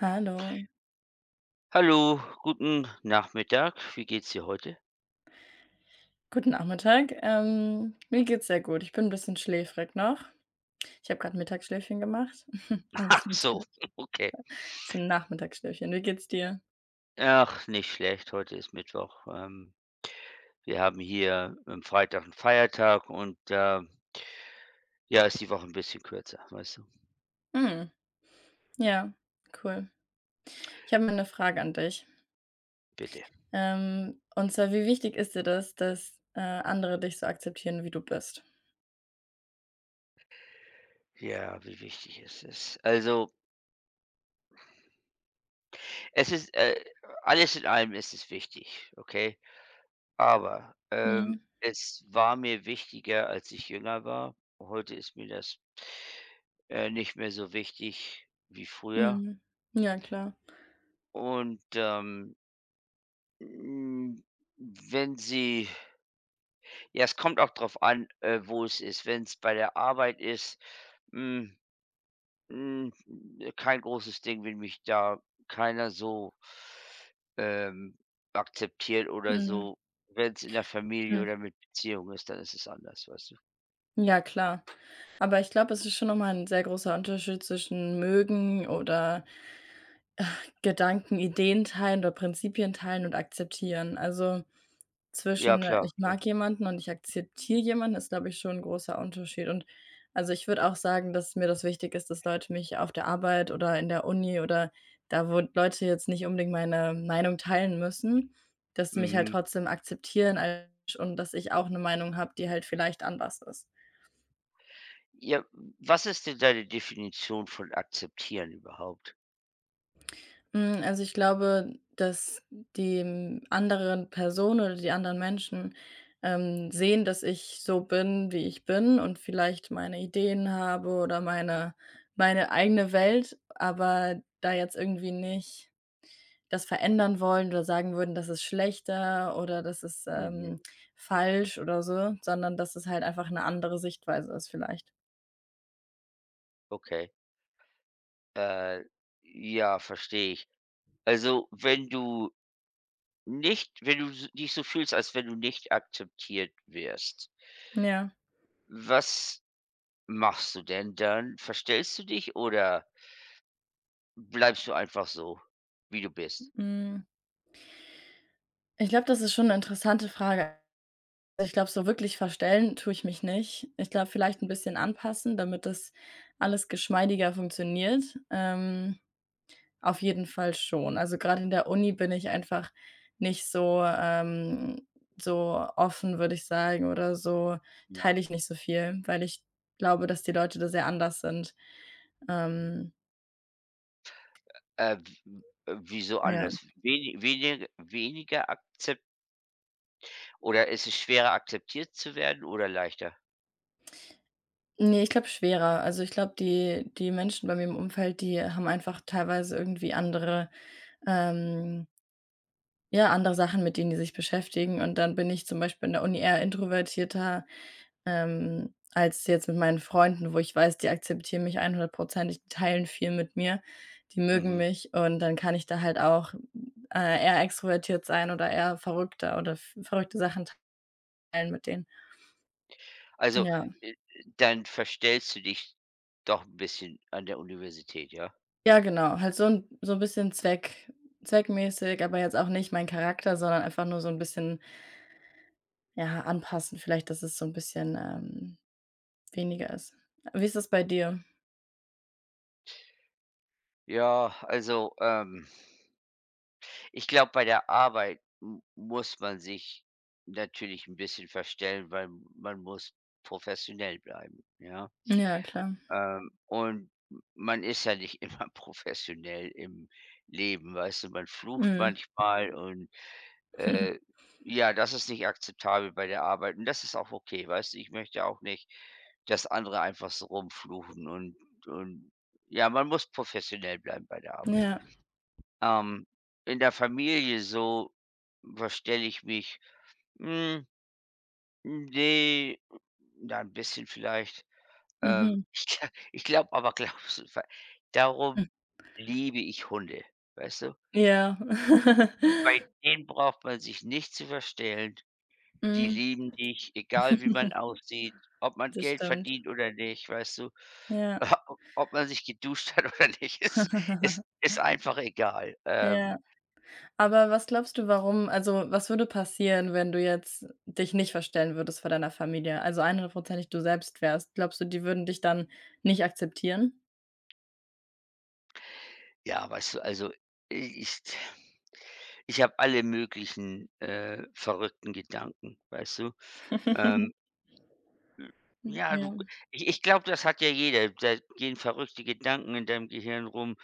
Hallo, Hallo, guten Nachmittag. Wie geht's dir heute? guten Nachmittag. Mir geht's sehr gut. Ich bin ein bisschen schläfrig noch. Ich habe gerade Mittagsschläfchen gemacht, aber Ach es hat's ge so, okay. ist 'n Nachmittagsschläfchen. Wie geht's dir? Ach, nicht schlecht. Heute ist Mittwoch. Wir haben hier am Freitag einen Feiertag und, ja, ist die Woche ein bisschen kürzer, weißt du? Mhm, ja, cool. Ich habe mal 'ne Frage an dich. Bitte. Und zwar, wie wichtig ist dir das, dass, andere dich so akzeptieren, wie du bist? Ja, wie wichtig es ist. Also, es ist, alles in allem ist es wichtig, okay? Aber, Mhm, es war mir wichtiger, als ich jünger war. Heute ist mir das, nicht mehr so wichtig wie früher. mhm. Ja, klar. Und, hm, wenn sie ja, es kommt auch drauf an, wo es ist. Wenn es bei der Arbeit ist, hm, hm, kein großes Ding, wenn mich da keiner so, ähm, akzeptiert oder Mhm, so. Wenn es in der Familie hm. oder mit Beziehung ist, dann ist es anders, weißt du? Ja, klar. Aber ich glaube, es ist schon noch mal 'n sehr großer Unterschied zwischen mögen oder Gedanken, Ideen teilen oder Prinzipien teilen und akzeptieren. Also, Ja, zwischen klar, ich klar. mag jemanden und ich akzeptiere jemanden ist, glaube ich, schon ein großer Unterschied. Und, also, ich würde auch sagen, dass mir das wichtig ist, dass Leute mich auf der Arbeit oder in der Uni oder da, wo Leute jetzt nicht unbedingt meine Meinung teilen müssen, dass sie mich halt Mhm. trotzdem akzeptieren als und dass ich auch eine Meinung habe, die halt vielleicht anders ist. Ja, was ist denn deine Definition von akzeptieren überhaupt? Also, ich glaube, dass die, anderen Personen oder die anderen Menschen, sehen, dass ich so bin, wie ich bin und vielleicht meine Ideen habe oder meine eigene Welt, aber da jetzt irgendwie nicht das verändern wollen oder sagen würden, das ist schlechter oder das ist, Mhm, falsch oder so, sondern dass es halt einfach eine andere Sichtweise ist vielleicht. okay. Äh, ja, verstehe ich. Also, wenn du nicht wenn du s dich so fühlst, als wenn du nicht akzeptiert wirst, Ja, was machst du denn dann? Verstellst du dich oder bleibst du einfach so, wie du bist? hm, ich glaube, das ist schon eine interessante Frage. Ich glaube, so wirklich verstellen tue ich mich nicht. Ich glaube, vielleicht ein bisschen anpassen, damit das alles geschmeidiger funktioniert. Auf jeden Fall schon. Also, gerade in der Uni bin ich einfach nicht so, so offen, würde ich sagen, oder so Ja. teile ich nicht so viel, weil ich glaube, dass die Leute da sehr anders sind. Ähm, W wieso ja. anders? Weni wenige weniger akzept oder ist es schwerer akzeptiert zu werden oder leichter? Ne, ich glaube schwerer. Also, ich glaube, die Menschen bei mir im Umfeld, die haben einfach teilweise irgendwie andere, ähm ja, andere Sachen, mit denen die sich beschäftigen, und dann bin ich zum Beispiel in der Uni eher introvertierter, als jetzt mit meinen Freunden, wo ich weiß, die akzeptieren mich 100%. Die teilen viel mit mir, die mögen Mhm. mich, und dann kann ich da halt auch, eher extrovertiert sein oder eher verrückter oder v verrückte Sachen teilen mit denen. Also, Ja. äh, dann verstellst du dich doch ein bisschen an der Universität, ja? Ja, genau, halt so ein bisschen zweckmäßig, aber jetzt auch nicht mein Charakter, sondern einfach nur so ein bisschen, ja, anpassen vielleicht, dass es so ein bisschen, weniger ist. Wie ist das bei dir? Ja, also, ich glaube, bei der Arbeit m muss man sich natürlich ein bisschen verstellen, weil man muss professionell bleiben, ja? Ja, klar. Und man ist ja nicht immer professionell im Leben, weißt du? Man flucht Mhm. manchmal und, äh, ja, das ist nicht akzeptabel bei der Arbeit und das ist auch okay, weißt du? Ich möchte auch nicht, dass andere einfach so rumfluchen und und ja, man muss professionell bleiben bei der Arbeit. Ja. Ähm, in der Familie so verstelle ich mich. Hm, ne, ja, 'n bisschen vielleicht. Mhm. ich gla ich glaube aber glaubst du ver Hm. darum liebe ich Hunde, weißt du? Ja. Bei denen braucht man sich nicht zu verstellen. Die Mhm. lieben dich, egal wie man aussieht, ob man Das Geld stimmt. verdient oder nicht, weißt du? Ja. Ob man sich geduscht hat oder nicht, ist ist ist einfach egal. Ähm Ja. Aber was glaubst du, warum, also, was würde passieren, wenn du jetzt dich nicht verstellen würdest vor deiner Familie? Also, 100% du selbst wärst. Glaubst du, die würden dich dann nicht akzeptieren? Ja, weißt du, also ich ich habe alle möglichen, verrückten Gedanken, weißt du? Ähm, ja, du Ja. ich ich glaube, das hat ja jeder. Da gehen verrückte Gedanken in deinem Gehirn rum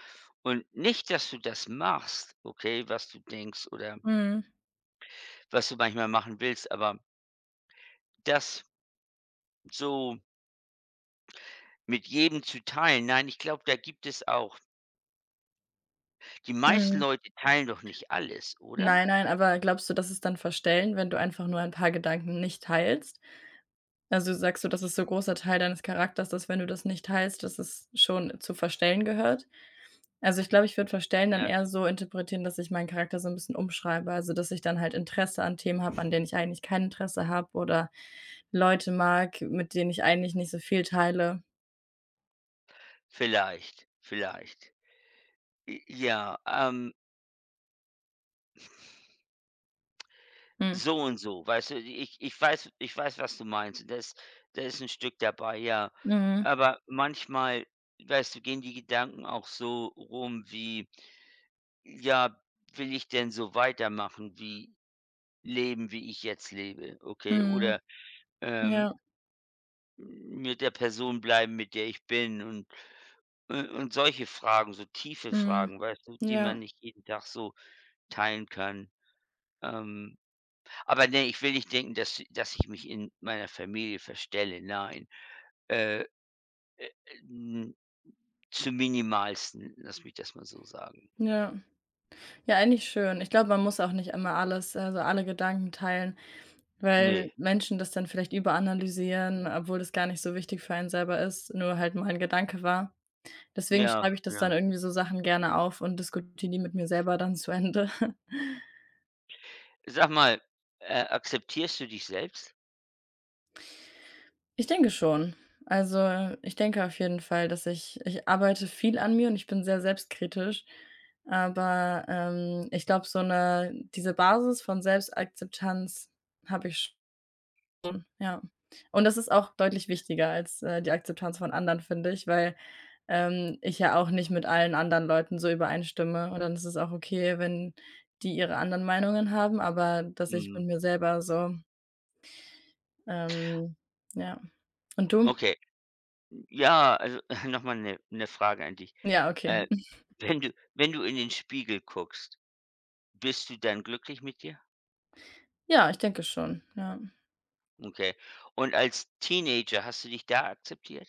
und nicht, dass du das machst, okay, was du denkst oder Mhm. was du manchmal machen willst, aber das so mit jedem zu teilen, nein, ich glaube, da gibt es auch die meisten Mhm. Leute teilen doch nicht alles, oder? Nein, nein, aber glaubst du, dass es dann Verstellen, wenn du einfach nur ein paar Gedanken nicht teilst? Also sagst du, das ist so großer Teil deines Charakters, dass, wenn du das nicht teilst, dass es schon zu verstellen gehört? Also ich glaube, ich würde verstellen dann Ja, eher so interpretieren, dass ich meinen Charakter so ein bisschen umschreibe. Also, dass ich dann halt Interesse an Themen habe, an denen ich eigentlich kein Interesse habe, oder Leute mag, mit denen ich eigentlich nicht so viel teile. vielleicht, vielleicht. J ja, Mhm. so und so, weißt du? Ich weiß, was du meinst. Da ist ein Stück dabei, ja. Mhm. Aber manchmal, weißt du, gehen die Gedanken auch so rum wie: „Ja, will ich denn so weitermachen wie leben, wie ich jetzt lebe, okay? Mhm. Oder, ähm, Ja. mit der Person bleiben, mit der ich bin?" Und solche Fragen, so tiefe Mhm. Fragen, weißt du, die man Ja. nicht jeden Tag so teilen kann. Ähm Aber nee, ich will nicht denken, dass ich mich in meiner Familie verstelle. Nein, äh, n zum Minimalsten, lass mich das mal so sagen. Ja. Ja, eigentlich schön. Ich glaube, man muss auch nicht immer alles, also alle Gedanken teilen. Weil Nee, Menschen das dann vielleicht überanalysieren, obwohl das gar nicht so wichtig für einen selber ist, nur halt mal ein Gedanke war. Deswegen ja, schreibe ich das dann ja. irgendwie so, Sachen gerne auf, und diskutiere die mit mir selber dann zu Ende. Sag mal, akzeptierst du dich selbst? Ich denke schon. Also, ich denke auf jeden Fall, dass ich arbeite viel an mir, und ich bin sehr selbstkritisch, aber, ich glaube, so eine diese Basis von Selbstakzeptanz habe ich. Ja. Und das ist auch deutlich wichtiger als, die Akzeptanz von anderen, finde ich, weil, ich ja auch nicht mit allen anderen Leuten so übereinstimme. Und dann ist es auch okay, wenn die ihre anderen Meinungen haben, aber dass ich Mhm, mit mir selber so, ähm ja. Und du? okay. Ja, also noch mal 'ne Frage an dich. Ja, okay. Äh, wenn du in den Spiegel guckst, bist du dann glücklich mit dir? Ja, ich denke schon, ja. Okay. Und als Teenager hast du dich da akzeptiert?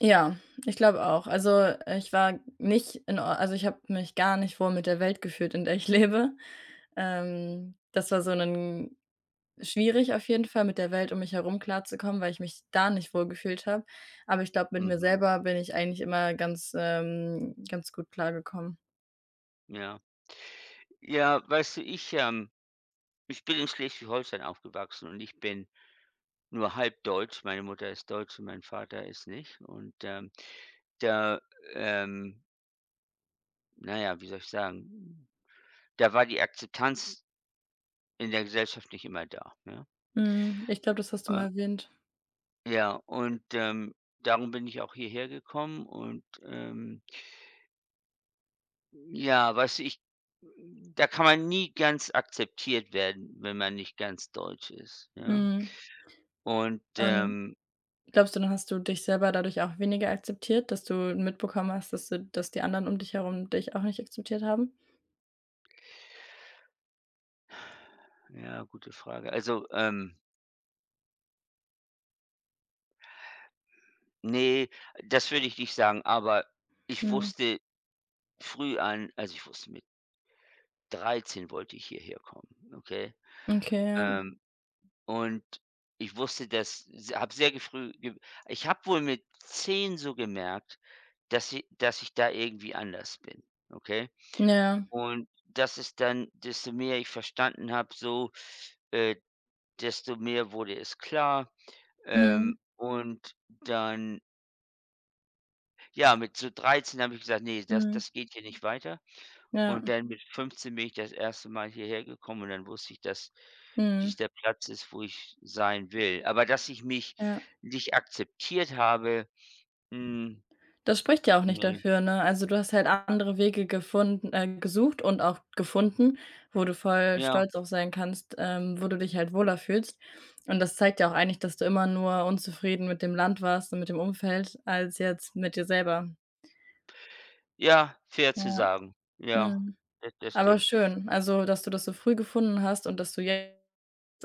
Ja, ich glaube auch. Also, ich war nicht in Or also, ich habe mich gar nicht wohl mit der Welt gefühlt, in der ich lebe. Das war so ein schwierig auf jeden Fall, mit der Welt um mich herum klarzukommen, weil ich mich da nicht wohlgefühlt habe. Aber ich glaube, mit mir Mhm, selber bin ich eigentlich immer ganz, ganz gut klargekommen. ja. Ja, weißt du, ich bin in Schleswig-Holstein aufgewachsen und ich bin nur halb deutsch. Meine Mutter ist deutsch und mein Vater ist nicht. Und, da, ähm na ja, wie soll ich sagen, da war die Akzeptanz in der Gesellschaft nicht immer da, ne? Mhm, ich glaube, das hast du Äh, mal erwähnt. ja, und, darum bin ich auch hierher gekommen und, ja, weißt du, ich da kann man nie ganz akzeptiert werden, wenn man nicht ganz deutsch ist, ja? Mhm, Und, und glaubst du, dann hast du dich selber dadurch auch weniger akzeptiert, dass du mitbekommen hast, dass die anderen um dich herum dich auch nicht akzeptiert haben? ja, gute Frage. Also, nee, das würde ich nicht sagen, aber ich Mhm, wusste früh an also, ich wusste mit 13 wollte ich hierher kommen, okay? okay, ja. Ähm, und ich wusste das habe sehr ge früh ge ich habe wohl mit 10 so gemerkt, dass ich, da irgendwie anders bin, okay? Ja. Und das ist dann desto mehr ich verstanden habe so, äh, desto mehr wurde es klar. Ähm, Mhm, und dann, ja, mit so 13 habe ich gesagt: „Nee, das mhm, das geht hier nicht weiter." ja, Und dann mit 15 bin ich das erste Mal hierher gekommen und dann wusste ich, dass dies mhm, der Platz ist, wo ich sein will. Aber dass ich mich ja. nicht akzeptiert habe, hm, Das spricht ja auch nicht ne. dafür, ne? Also, du hast halt andere Wege gefunden, gesucht und auch gefunden, wo du voll Ja, stolz auf sein kannst, wo du dich halt wohler fühlst. Und das zeigt ja auch eigentlich, dass du immer nur unzufrieden mit dem Land warst und mit dem Umfeld, als jetzt mit dir selber. ja, fair zu Ja, sagen. Ja, mhm. das Aber stimmt. schön, also, dass du das so früh gefunden hast und dass du jetzt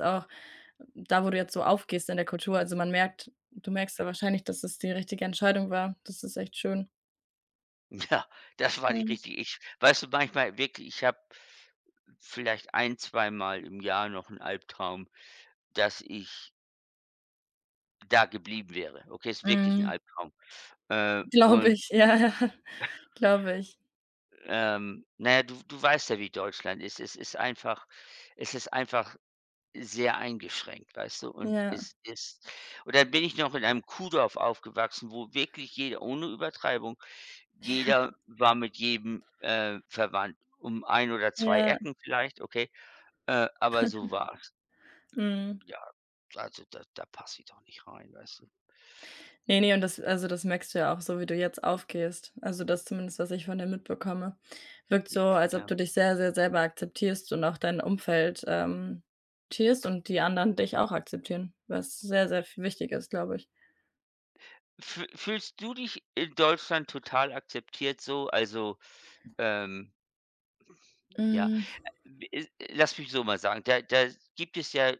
auch da, wo du jetzt so aufgehst in der Kultur, also, man merkt, du merkst ja wahrscheinlich, dass es die richtige Entscheidung war. Das ist echt schön. Ja, das war die Mhm. richtige ich, weißt du, manchmal wirklich, ich habe vielleicht ein, zweimal im Jahr noch einen Albtraum, dass ich da geblieben wäre. Okay, ist wirklich ein Mhm. Albtraum. Äh, Glaube und ich, ja, ja, glaube ich. na ja, du weißt ja, wie Deutschland ist. Es ist einfach sehr eingeschränkt, weißt du? Und Ja, es ist und dann bin ich noch in einem Kuhdorf aufgewachsen, wo wirklich jeder ohne Übertreibung, jeder ja, war mit jedem, verwandt. Um ein oder zwei ja, Ecken vielleicht, okay? Aber so war's. mhm. Ja, also da passe ich doch nicht rein, weißt du? Ne, ne, und das, also, das merkst du ja auch so, wie du jetzt aufgehst. Also, das zumindest, was ich von dir mitbekomme. Wirkt J so, als ob ja. du dich sehr, sehr selber akzeptierst und auch dein Umfeld, akzeptierst und die anderen dich auch akzeptieren, was sehr, sehr f wichtig ist, glaube ich. Fühlst du dich in Deutschland total akzeptiert so? Also, ähm, ja? Mhm, Lass mich so mal sagen, da gibt es ja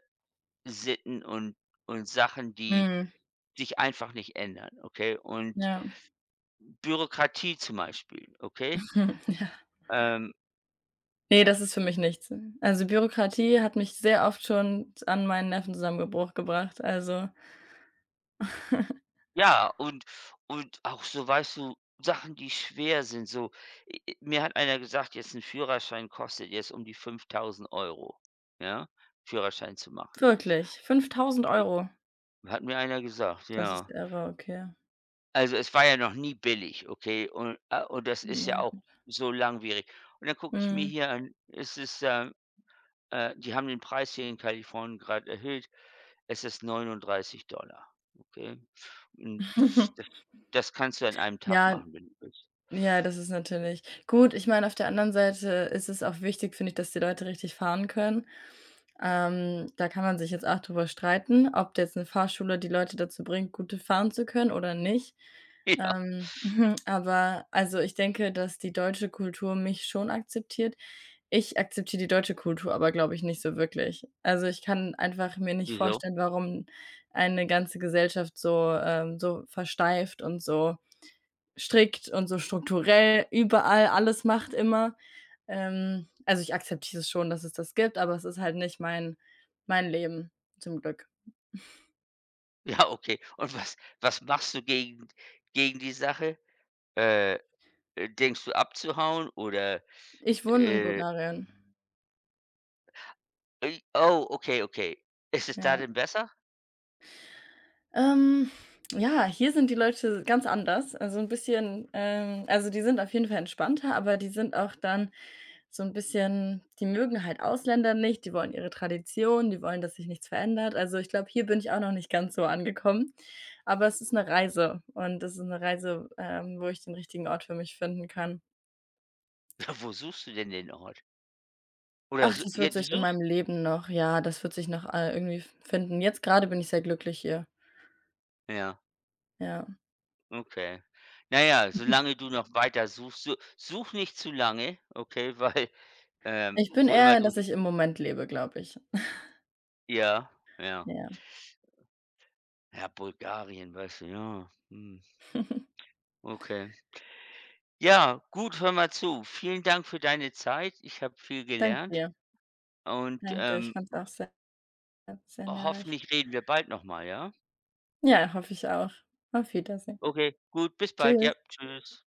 Sitten und Sachen, die mhm, sich einfach nicht ändern, okay? Und ja, Bürokratie zum Beispiel, okay? ja. Ähm, äh, Ne, das ist für mich nichts. Also, Bürokratie hat mich sehr oft schon an meinen Nervenzusammenbruch gebracht, also. ja, und auch so, weißt du, Sachen, die schwer sind, so, i i mir hat einer gesagt, jetzt ein Führerschein kostet jetzt um die 5.000 Euro, ja, Führerschein zu machen. Wirklich, 5.000 I Euro. Hat mir einer gesagt, Das ist ja. ja irre, okay. Also, es war ja noch nie billig, okay? Und das ist ja Ja, auch gut. so langwierig. Und dann gucke ich mir Mhm. hier an, die haben den Preis hier in Kalifornien gerade erhöht. Es ist 39 Dollar, okay? Und das das das kannst du an einem Tag Ja, machen, wenn du willst. ja, das ist natürlich gut, ich meine, auf der anderen Seite ist es auch wichtig, finde ich, dass die Leute richtig fahren können. Da kann man sich jetzt auch drüber streiten, ob jetzt 'ne Fahrschule die Leute dazu bringt, gut fahren zu können oder nicht. Ja. Mhm, aber also, ich denke, dass die deutsche Kultur mich schon akzeptiert. Ich akzeptiere die deutsche Kultur aber, glaube ich, nicht so wirklich. Also, ich kann einfach mir nicht Wieso? vorstellen, warum eine ganze Gesellschaft so, so versteift und so strikt und so strukturell überall alles macht immer. Also, ich akzeptiere es schon, dass es das gibt, aber es ist halt nicht mein Leben, zum Glück. Ja, okay. Und was machst du gegen die Sache? Äh, denkst du abzuhauen oder, Ich wohne in äh Bulgarien, Ui, oh, okay, okay. Ist es da ja. denn besser? Ähm, ja, hier sind die Leute ganz anders, also 'n bisschen, also, die sind auf jeden Fall entspannter, aber die sind auch dann so ein bisschen, die mögen halt Ausländer nicht, die wollen ihre Tradition, die wollen, dass sich nichts verändert. Also, ich glaube, hier bin ich auch noch nicht ganz so angekommen, aber es ist eine Reise, und das ist eine Reise, wo ich den richtigen Ort für mich finden kann. Ja, wo suchst du denn den Ort? Oder Ach, su das ja, wird du sich in suchst, meinem Leben noch, ja, das wird sich noch, irgendwie finden. Jetzt gerade bin ich sehr glücklich hier. ja, Ja. okay. Na ja, solange du noch weiter suchst, su such nicht zu lange, okay, weil, Ich bin wo immer eher, du dass hin, ich im Moment lebe, glaube ich. ja, ja. Ja. Ja, Bulgarien, weißt du, ja, mhm, okay. Ja, gut, hör mal zu. Vielen Dank für deine Zeit. Ich habe viel Danke gelernt dir. und, Danke dir. Ich fand's auch sehr, sehr nährreich. hoffentlich reden wir bald noch mal, ja? Ja, hoffe ich auch. Auf Wiedersehen. Okay, gut, bis bald. Ja, Tschüss. tschüss.